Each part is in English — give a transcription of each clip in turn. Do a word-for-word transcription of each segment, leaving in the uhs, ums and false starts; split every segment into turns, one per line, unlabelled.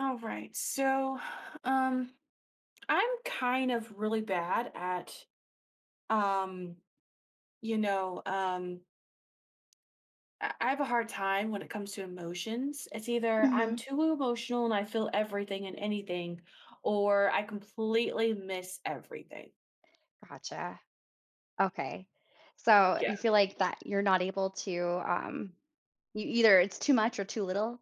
All right. So, um, I'm kind of really bad at, um, you know, um, I I have a hard time when it comes to emotions. It's either I'm
Hmm.
too emotional and I feel everything and anything, or I completely miss everything.
Gotcha. Okay. So
Yeah.
you feel like that you're not able to um you either it's too much or too little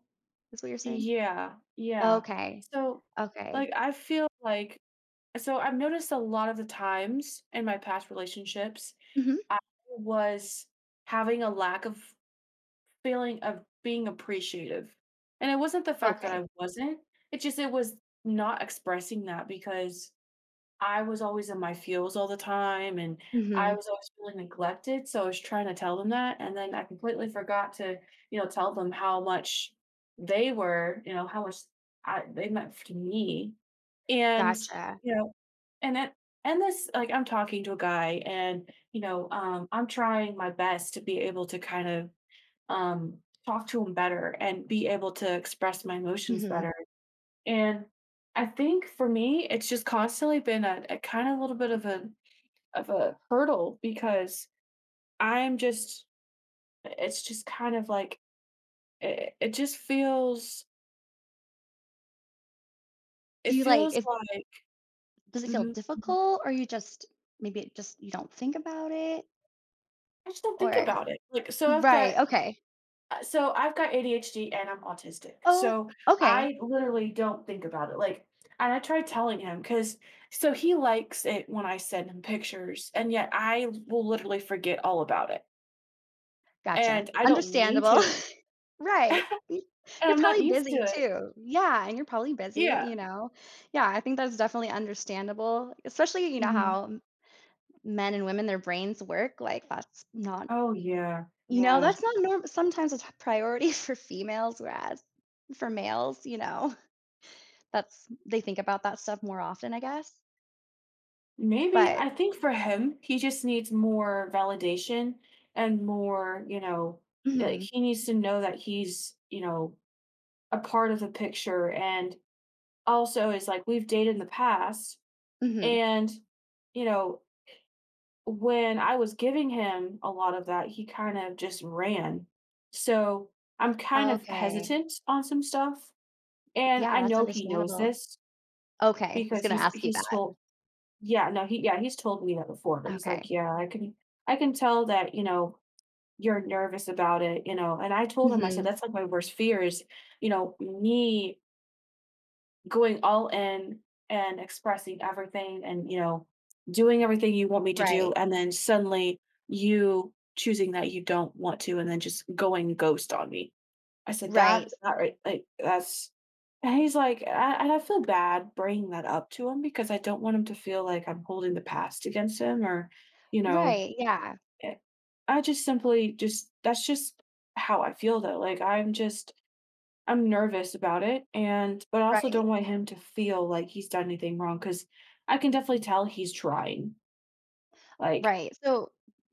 is what you're saying?
Yeah, yeah.
Okay.
So,
Okay.
like, I feel like, so I've noticed a lot of the times in my past relationships,
Hmm.
I was having a lack of feeling of being appreciative. And it wasn't the fact that I
Okay.
wasn't, it just it was not expressing that because I was always in my feels all the time and I
Mhm.
was always feeling neglected. So I was trying to tell them that. And then I completely forgot to, you know, tell them how much they were, you know, how much I, they meant to me. And,
Gotcha.
you know, and that, and this, like, I'm talking to a guy and, you know, um, I'm trying my best to be able to kind of um, talk to him better and be able to express my emotions
Mhm.
better. And I think for me, it's just constantly been a, a kind of little bit of a of a hurdle because I'm just it's just kind of like it, it just feels
Do
it
you like
feels
if
like
does it feel
mhm, mhm.
difficult or you just maybe it just you don't think about it
I just don't think
or
about it. Like so I've got
right. Okay.
Uh, so I've got A D H D and I'm autistic.
Oh,
So I
okay.
literally don't think about it. Like, and I tried telling him because so he likes it when I send him pictures, and yet I will literally forget all about it.
Gotcha.
And I don't mean
Understandable.
to, and
Right. Y you're
I'm not
probably
used to
busy
it.
too. Yeah, and you're probably busy,
Yeah.
you know? Yeah, I think that's definitely understandable, especially, you know,
Hmm.
how m men and women, their brains work, like, that's not
Oh, yeah.
you know,
Yeah.
that's not norm sometimes it's a t- priority for females, whereas for males, you know, that's they think about that stuff more often, I guess,
Maybe
but
I think for him, he just needs more validation and more, you know, like
mhm,
he needs to know that he's, you know, a part of the picture. And also is like, we've dated in the past,
mhm.
and you know, when I was giving him a lot of that, he kind of just ran. So I'm kind of
Okay.
hesitant on some stuff, and I
Yeah, that's
know he knows
understandable.
this
Okay, I was
because
gonna
he's
ask you
he's
that.
told yeah, no he yeah he's told me that before. But he's like,
Okay.
yeah, i can i can tell that you know you're nervous about it, you know and I told him, I said
Mhm.
that's like my worst fear is, you know me going all in and expressing everything, and you know doing everything you want me to do,
Right.
and then suddenly you choosing that you don't want to, and then just going ghost on me. I said that,
Right.
that right like that's and he's like I, and I feel bad bringing that up to him because I don't want him to feel like I'm holding the past against him or you know
Right, yeah.
eh, I just simply just that's just how I feel though, like I'm just, I'm nervous about it. And but I also
Right,
don't want him to feel like he's done anything wrong because I can definitely tell he's trying. Like,
right. So,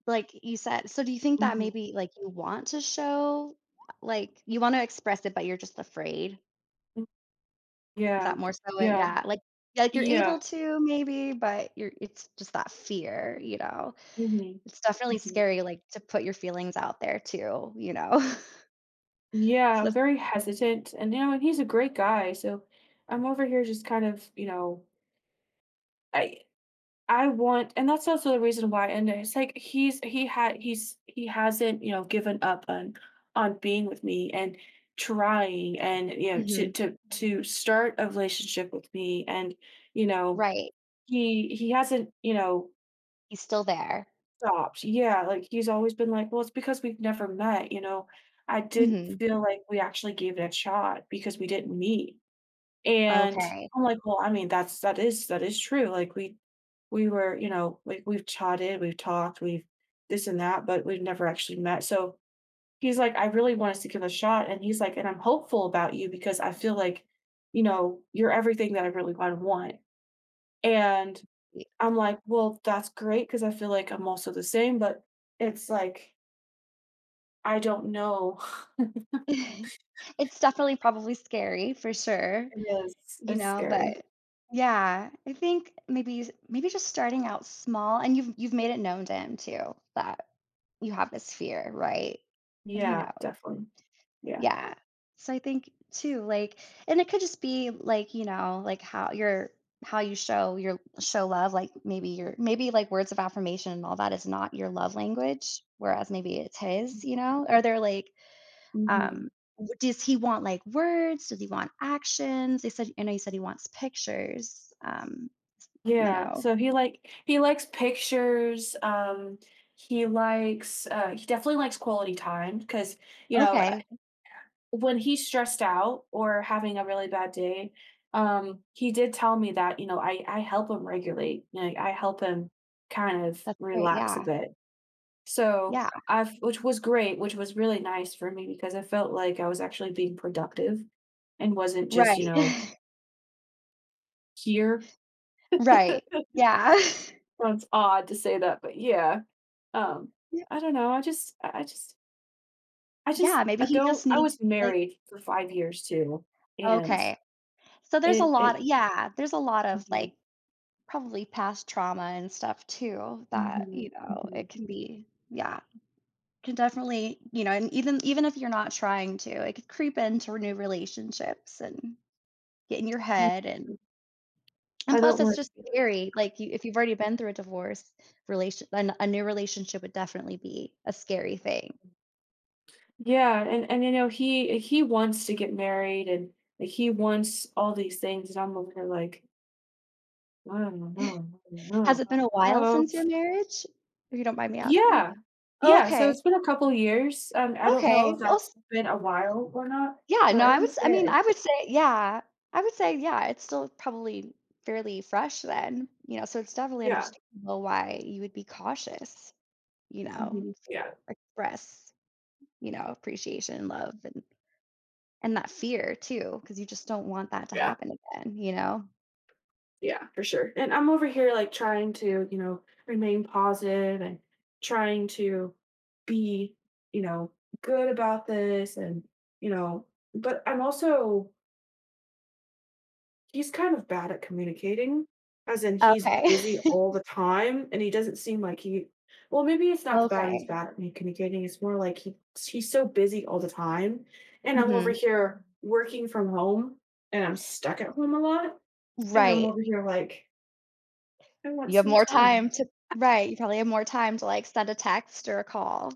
like you said so do you think that
mhm,
maybe, like, you want to show like, you wanna express it, but you're just afraid?
mm
Is that
yeah,
more so it?
yeah,
Yeah, like yeah, like, you're
yeah,
able to maybe, but you're it's just that fear, you know?
mhm,
It's definitely
mhm.
scary, like, to put your feelings out there too, you know?
Yeah,
So
I'm
that's
very hesitant and you know, and he's a great guy, so I'm over here just kind of, you know, I I want. And that's also the reason why, and it's like he's he had he's he hasn't, you know, given up on on being with me and trying, and you know, to
mhm,
to to start a relationship with me. And you know,
right.
he he hasn't, you know,
He's still there.
stopped. Yeah, like he's always been like, well, it's because we've never met, you know, I didn't
Mhm.
feel like we actually gave it a shot because we didn't meet. And
Okay.
I'm like, "Well, I mean, that's that is that is true." Like, we we were, you know, like, we've chatted, we've talked, we've this and that, but we've never actually met. So he's like, "I really want us to give it a shot." And he's like, "And I'm hopeful about you because I feel like, you know, you're everything that I really would want." And I'm like, "Well, that's great because I feel like I'm also the same, but it's like, I don't know."
It's definitely probably scary for sure.
It is.
You
It's
know,
scary.
but yeah, I think maybe maybe just starting out small and you've you've made it known to him too that you have this fear, right? And he
Yeah,
knows.
definitely. Yeah.
Yeah. So I think too like and it could just be like, you know, like how you're how you show your show love like maybe your maybe like words of affirmation and all that is not your love language whereas maybe it's his you know or they're like
Mhm.
um, w does he want, like, words? Does he want actions? They said I know you said he wants pictures, um, you
Yeah,
know.
so he like he likes pictures. Um, he likes uh, he definitely likes quality time because you know uh,
Okay,
when he's stressed out or having a really bad day, um, he did tell me that, you know, I I help him regulate. You know, I help him kind of
that's great,
relax a
yeah.
bit. So
Yeah,
I've which was great, which was really nice for me because I felt like I was actually being productive and wasn't just, you
right.
know, here.
Right, yeah.
Sounds odd to say that, but yeah. Um,
Ye
I don't know, I just I just I just
yeah, maybe
I
he just
don't, I
needs,
was
like
married for five years too, and
okay. So there's a
it it
lot yeah, there's a lot of,
mhm,
like, probably past trauma and stuff too that,
mhm,
you know, it
mhm,
can be yeah, can definitely, you know, and even even if you're not trying to, it could creep into new relationships and get in your
mhm.
head and and
I
plus
don't
it's
want
just
to
scary. Like you, if you've already been through a divorce, relation a, a new relationship would definitely be a scary thing.
yeah, and and, you know, he he wants to get married and like, he wants all these things, and I'm over here like, "I don't know, no, I don't
Has
know,
it been a
I don't
while
know."
since your marriage? If you don't mind me asking.
Yeah. Yeah, so
Okay.
it's been a couple years, um, I don't know
Okay.
if
Well,
that's
s-
been a while or not,
yeah,
but
no,
I
I would
would
s-
say
I mean,
it
I would say yeah. I would say yeah, it's still probably fairly fresh then, you know, so it's definitely
yeah.
understandable why you would be cautious, you know,
Mhm.
to
Yeah,
express, you know, appreciation, love and And that fear too, because you just don't want that to
yeah.
happen again, you know?
Yeah, for sure. And I'm over here like trying to, you know, remain positive and trying to be, you know, good about this, and, you know, but I'm also he's kind of bad at communicating, as in he's
Okay.
busy all the time and he doesn't seem like he well, maybe it's not the bad, he's
Okay.
bad at me communicating. It's more like he he's so busy all the time, and I'm over
Mhm.
here working from home, and I'm stuck at home a lot, and I'm
Right.
over here like, I want
You have
some
more time
time.
to right, you probably have more time to, like, send a text or a call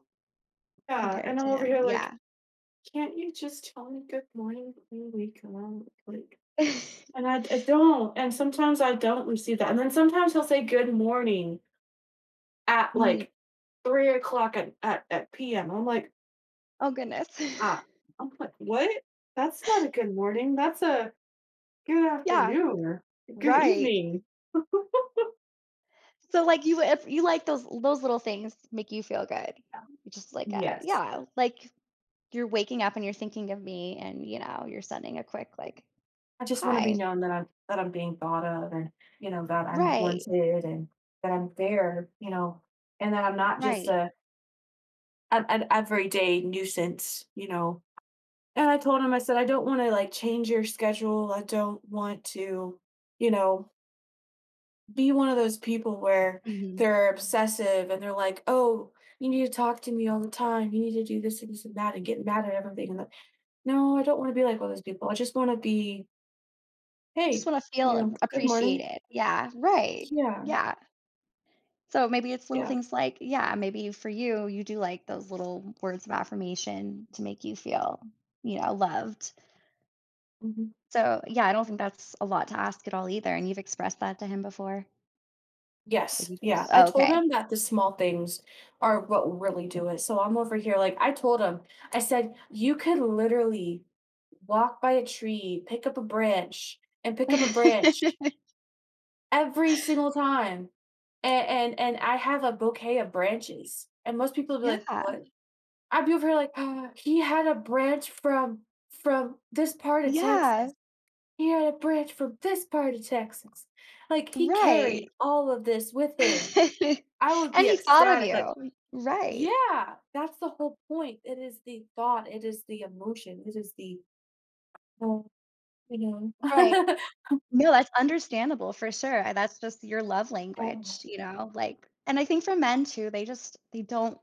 Yeah,
compared
and I'm
to
over
him.
here
Yeah.
like, can't you just tell me good morning when we come out? Like, and I, I don't. And sometimes I don't receive that. And then sometimes he'll say good morning at
Mm.
like three o'clock at, at, at P M. I'm like,
Oh, goodness.
ah, I'm like, what? That's not a good morning. That's a good
Yeah,
afternoon or good
right.
evening.
So, like, you if you like those those little things make you feel good. You just like a
Yes.
yeah, like, you're waking up and you're thinking of me and, you know, you're sending a quick, like,
I just want to be
"Hi."
known that I'm that I'm being thought of, and you know, that I'm
Right,
wanted, and that I'm there, you know, and that I'm not just
right.
a an, an everyday nuisance, you know. And I told him, I said, I don't want to like change your schedule. I don't want to, you know, be one of those people where
Mhm.
they're obsessive and they're like, oh, you need to talk to me all the time. You need to do this and this and that and get mad at everything. And like, no, I don't want to be like all those people. I just want to be,
You just
hey,
wanna
you know,
feel
good morning.
appreciated. Yeah, right.
Yeah.
Yeah. So maybe it's little
Yeah.
things like yeah, maybe for you, you do like those little words of affirmation to make you feel, you know, loved.
Mhm."
So, yeah, I don't think that's a lot to ask at all either, and you've expressed that to him before? Like,
Yes,
you told
yeah, I
oh,
told
okay.
him that the small things are what really do it. So I'm over here like I told him, I said, you could literally walk by a tree, pick up a branch, and pick up a branch every single time. And and and I have a bouquet of branches. And most people would be like,
Yeah.
what? I'd be over here like, "Ah, he had a branch from from this part of
Yeah.
Texas. He had a branch from this part of Texas. Like he carried
Right.
all of this with him. I would
And
be
he thought of
ecstatic, like
you. Right.
yeah, that's the whole point. It is the thought, it is the emotion, it is the oh, you know.
Right. No, that's understandable for sure, and that's just your love language,
Oh,
you know, like and I think for men too, they just they don't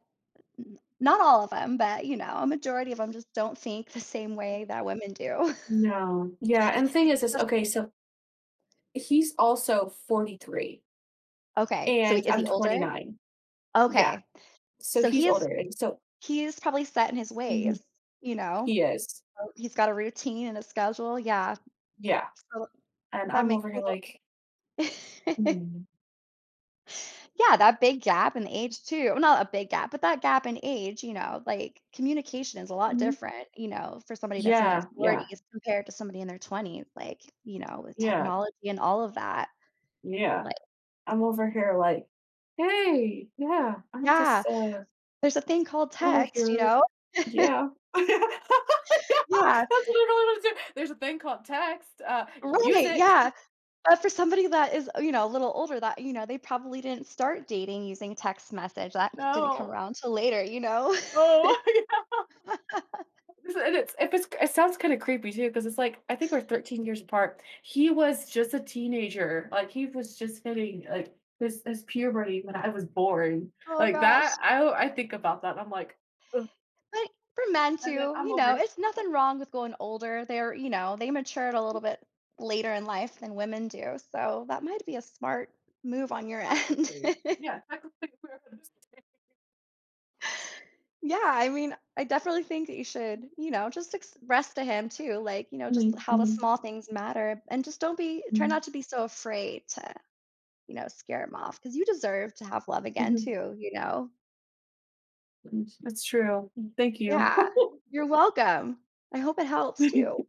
n not all of them, but, you know, a majority of them just don't think the same way that women do.
no. Yeah, and the thing is is
That's-
okay, so he's also forty-three,
okay, so
and
is
I'm
he older?
twenty-nine. Yeah,
Okay,
so
so
he's
he
older,
is
and so
he is probably set in his ways,
mhm.
you know?
He is.
Oh, he's got a routine and a schedule, yeah,
Yeah,
so
and
that
I'm
makes
over
a
here like,
little
"Mm,
yeah, that big gap in age too well, not a big gap, but that gap in age, you know, like, communication is a lot
mhm."
different, you know, for somebody that's in their
Yeah, yeah,
forties compared to somebody in their twenties, like, you know, with
yeah,
technology and all of that,
yeah.
like
I'm over here like, "Hey, yeah, I'm
yeah,
just, uh"
there's a thing called
over
text, you
here,
know?
yeah. Yeah.
Yeah,
That's what I really wanna do. There's a thing called text, uh, use
right,
it.
yeah, but for somebody that is, you know, a little older that, you know, they probably didn't start dating using text message, that didn't come
No.
around till later, you know?
Oh, yeah. This and it's if it's it sounds kinda creepy too, because it's like, I think we're thirteen years apart. He was just a teenager, like, he was just hitting, like, his his puberty when I was born.
Oh
Like, that
gosh.
I I think about that. And I'm like, "Ugh,"
But for men
and then
too,
I'm
you
over
know,
here
it's nothing wrong with going older. They're, you know, they matured a little bit later in life than women do. So that might be a smart move on your end.
technically, yeah, technically we're on the same
Yeah, I mean, I definitely think that you should, you know, just express to him too, like, you know, just
mhm,
how the
mhm,
small things matter and just don't be, try
mhm,
not to be so afraid to, you know, scare him off because you deserve to have love again
mhm.
too, you know?
That's true. Thank you.
Yeah, you're welcome. I hope it helps too.